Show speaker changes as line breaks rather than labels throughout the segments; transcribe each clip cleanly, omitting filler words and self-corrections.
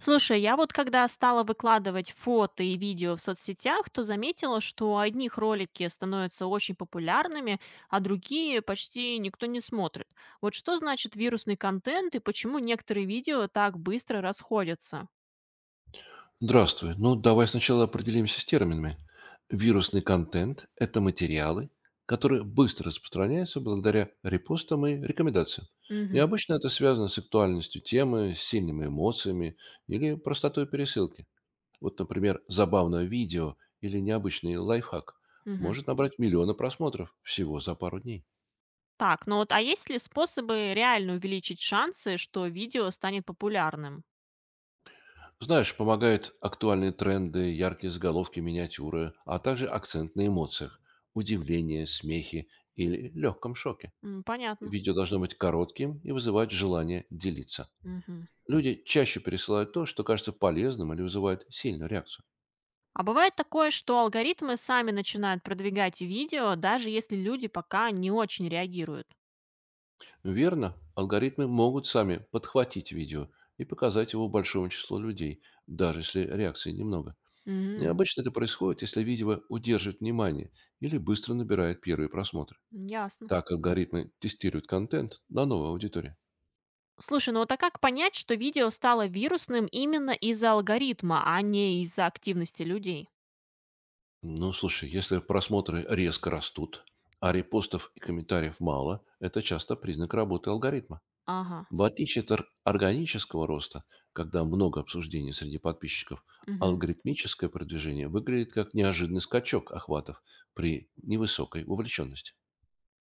Слушай, я вот когда стала выкладывать фото и видео в соцсетях, то заметила, что одних ролики становятся очень популярными, а другие почти никто не смотрит. Вот что значит вирусный контент и почему некоторые видео так быстро расходятся?
Здравствуй. Ну, давай сначала определимся с терминами. Вирусный контент – это материалы, которые быстро распространяются благодаря репостам и рекомендациям. И
Мгм,
обычно это связано с актуальностью темы, с сильными эмоциями или простотой пересылки. Вот, например, забавное видео или необычный лайфхак
мгм.
может набрать миллионы просмотров всего за пару дней.
Так, ну вот, а есть ли способы реально увеличить шансы, что видео станет популярным?
Знаешь, помогают актуальные тренды, яркие заголовки, миниатюры, а также акцент на эмоциях, удивление, смехе или легком шоке.
М, понятно.
Видео должно быть коротким и вызывать желание делиться.
Мгм.
Люди чаще пересылают то, что кажется полезным или вызывает сильную реакцию.
А бывает такое, что алгоритмы сами начинают продвигать видео, даже если люди пока не очень реагируют.
Верно, алгоритмы могут сами подхватить видео и показать его большому числу людей, даже если реакции немного. И
М,
обычно это происходит, если видео удерживает внимание или быстро набирает первые просмотры.
ясно.
Так алгоритмы тестируют контент на новую аудиторию.
Слушай, ну вот а как понять, что видео стало вирусным именно из-за алгоритма, а не из-за активности людей?
Ну, слушай, если просмотры резко растут, а репостов и комментариев мало, это часто признак работы алгоритма.
Ага,
В отличие от органического роста, когда много обсуждений среди подписчиков,
мгм.
алгоритмическое продвижение выглядит как неожиданный скачок охватов при невысокой вовлеченности.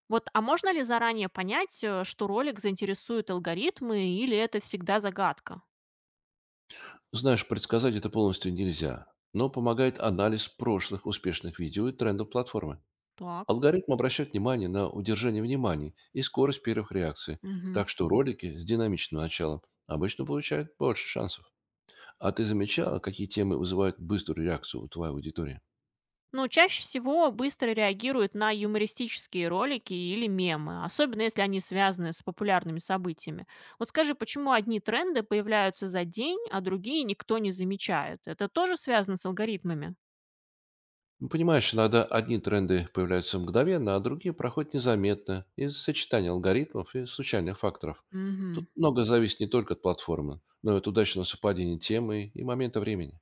Вот, а можно ли заранее понять, что ролик заинтересует алгоритмы, или это всегда загадка?
Знаешь, предсказать это полностью нельзя, но помогает анализ прошлых успешных видео и трендов платформы.
Так.
Алгоритм обращает внимание на удержание внимания и скорость первых реакций,
Мгм.
так что ролики с динамичным началом обычно получают больше шансов. А ты замечала, какие темы вызывают быструю реакцию у твоей аудитории?
Но чаще всего быстро реагируют на юмористические ролики или мемы, особенно если они связаны с популярными событиями. Вот скажи, почему одни тренды появляются за день, а другие никто не замечает? Это тоже связано с алгоритмами?
Ну, понимаешь, иногда одни тренды появляются мгновенно, а другие проходят незаметно из-за сочетания алгоритмов и случайных факторов.
Мгм.
Тут много зависит не только от платформы, но и от удачного совпадения темы и момента времени.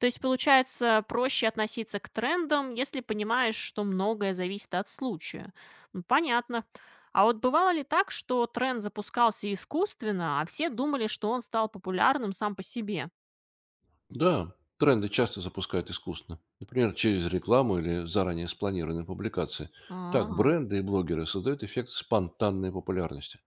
То есть, получается, проще относиться к трендам, если понимаешь, что многое зависит от случая. Ну, понятно. А вот бывало ли так, что тренд запускался искусственно, а все думали, что он стал популярным сам по себе?
Да, тренды часто запускают искусственно. Например, через рекламу или заранее спланированные публикации. Так
А.
бренды и блогеры создают эффект спонтанной популярности.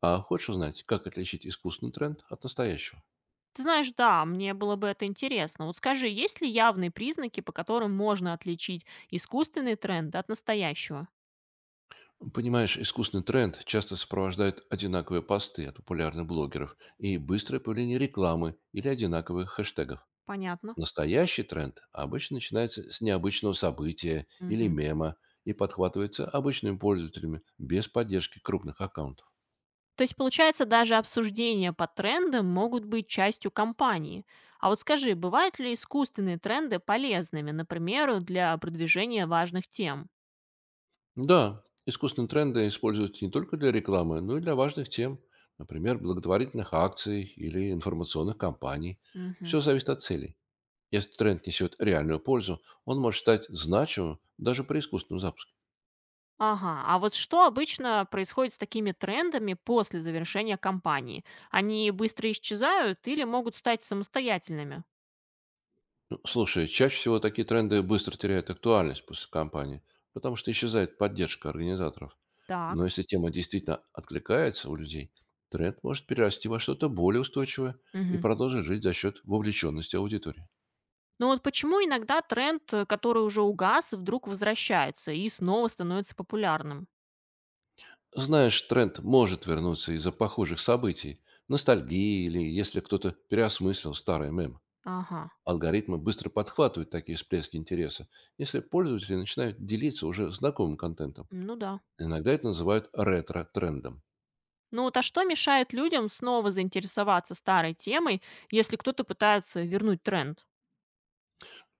А хочешь узнать, как отличить искусственный тренд от настоящего?
Ты знаешь, да, мне было бы это интересно. Вот скажи, есть ли явные признаки, по которым можно отличить искусственный тренд от настоящего?
Понимаешь, искусственный тренд часто сопровождает одинаковые посты от популярных блогеров и быстрое появление рекламы или одинаковых хэштегов.
Понятно.
Настоящий тренд обычно начинается с необычного события или
Мгм.
мема и подхватывается обычными пользователями без поддержки крупных аккаунтов.
То есть, получается, даже обсуждения по трендам могут быть частью компании. А вот скажи, бывают ли искусственные тренды полезными, например, для продвижения важных тем?
Да, искусственные тренды используются не только для рекламы, но и для важных тем, например, благотворительных акций или информационных кампаний.
Мгм.
Все зависит от целей. Если тренд несет реальную пользу, он может стать значимым даже при искусственном запуске.
Ага, а вот что обычно происходит с такими трендами после завершения кампании? Они быстро исчезают или могут стать самостоятельными?
Ну, слушай, чаще всего такие тренды быстро теряют актуальность после кампании, потому что исчезает поддержка организаторов. Но
Так.
если тема действительно откликается у людей, тренд может перерасти во что-то более устойчивое и
Мгм.
продолжить жить за счет вовлеченности аудитории.
Ну вот почему иногда тренд, который уже угас, вдруг возвращается и снова становится популярным?
Знаешь, тренд может вернуться из-за похожих событий, ностальгии или если кто-то переосмыслил старый мем.
Ага,
Алгоритмы быстро подхватывают такие всплески интереса, если пользователи начинают делиться уже знакомым контентом.
ну да.
Иногда это называют ретро-трендом.
Ну вот а что мешает людям снова заинтересоваться старой темой, если кто-то пытается вернуть тренд?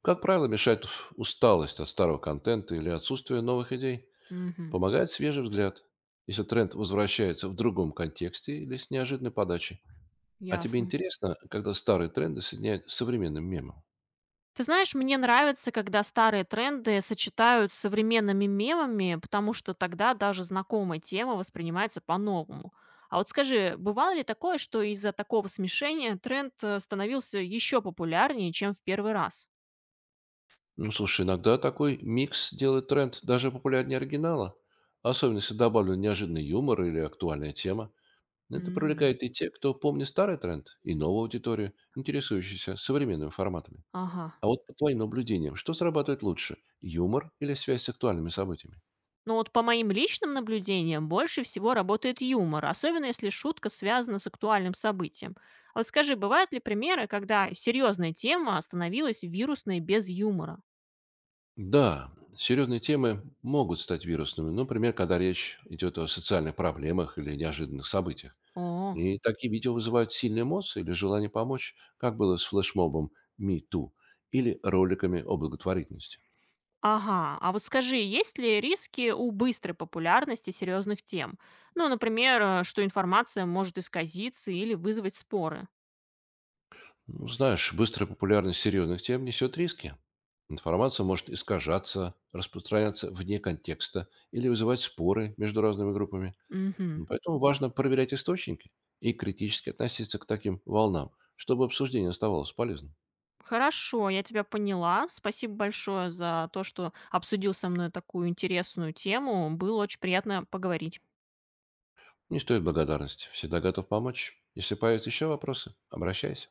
Как правило, мешает усталость от старого контента или отсутствие новых идей.
Угу,
Помогает свежий взгляд, если тренд возвращается в другом контексте или с неожиданной подачей. А тебе
ясно.
интересно, когда старые тренды соединяют с современным мемом?
Ты знаешь, мне нравится, когда старые тренды сочетают с современными мемами, потому что тогда даже знакомая тема воспринимается по-новому. А вот скажи, бывало ли такое, что из-за такого смешения тренд становился еще популярнее, чем в первый раз?
Ну, слушай, иногда такой микс делает тренд даже популярнее оригинала. Особенно, если добавлен неожиданный юмор или актуальная тема. Это
М,
привлекает и те, кто помнит старый тренд, и новую аудиторию, интересующуюся современными форматами.
ага.
А вот по твоим наблюдениям, что срабатывает лучше – юмор или связь с актуальными событиями?
Ну вот по моим личным наблюдениям больше всего работает юмор, особенно если шутка связана с актуальным событием. А вот скажи, бывают ли примеры, когда серьезная тема становилась вирусной без юмора?
Да, серьезные темы могут стать вирусными, например, когда речь идет о социальных проблемах или неожиданных событиях.
О,
И такие видео вызывают сильные эмоции или желание помочь, как было с флешмобом «Me Too» или роликами о благотворительности.
ага, а вот скажи, есть ли риски у быстрой популярности серьезных тем? Ну, например, что информация может исказиться или вызвать споры.
Ну, знаешь, быстрая популярность серьезных тем несет риски. Информация может искажаться, распространяться вне контекста или вызывать споры между разными группами.
Мгм.
Ну, поэтому важно проверять источники и критически относиться к таким волнам, чтобы обсуждение оставалось полезным.
Хорошо, я тебя поняла. Спасибо большое за то, что обсудил со мной такую интересную тему. Было очень приятно поговорить.
Не стоит благодарности. Всегда готов помочь. Если появятся еще вопросы, обращайся.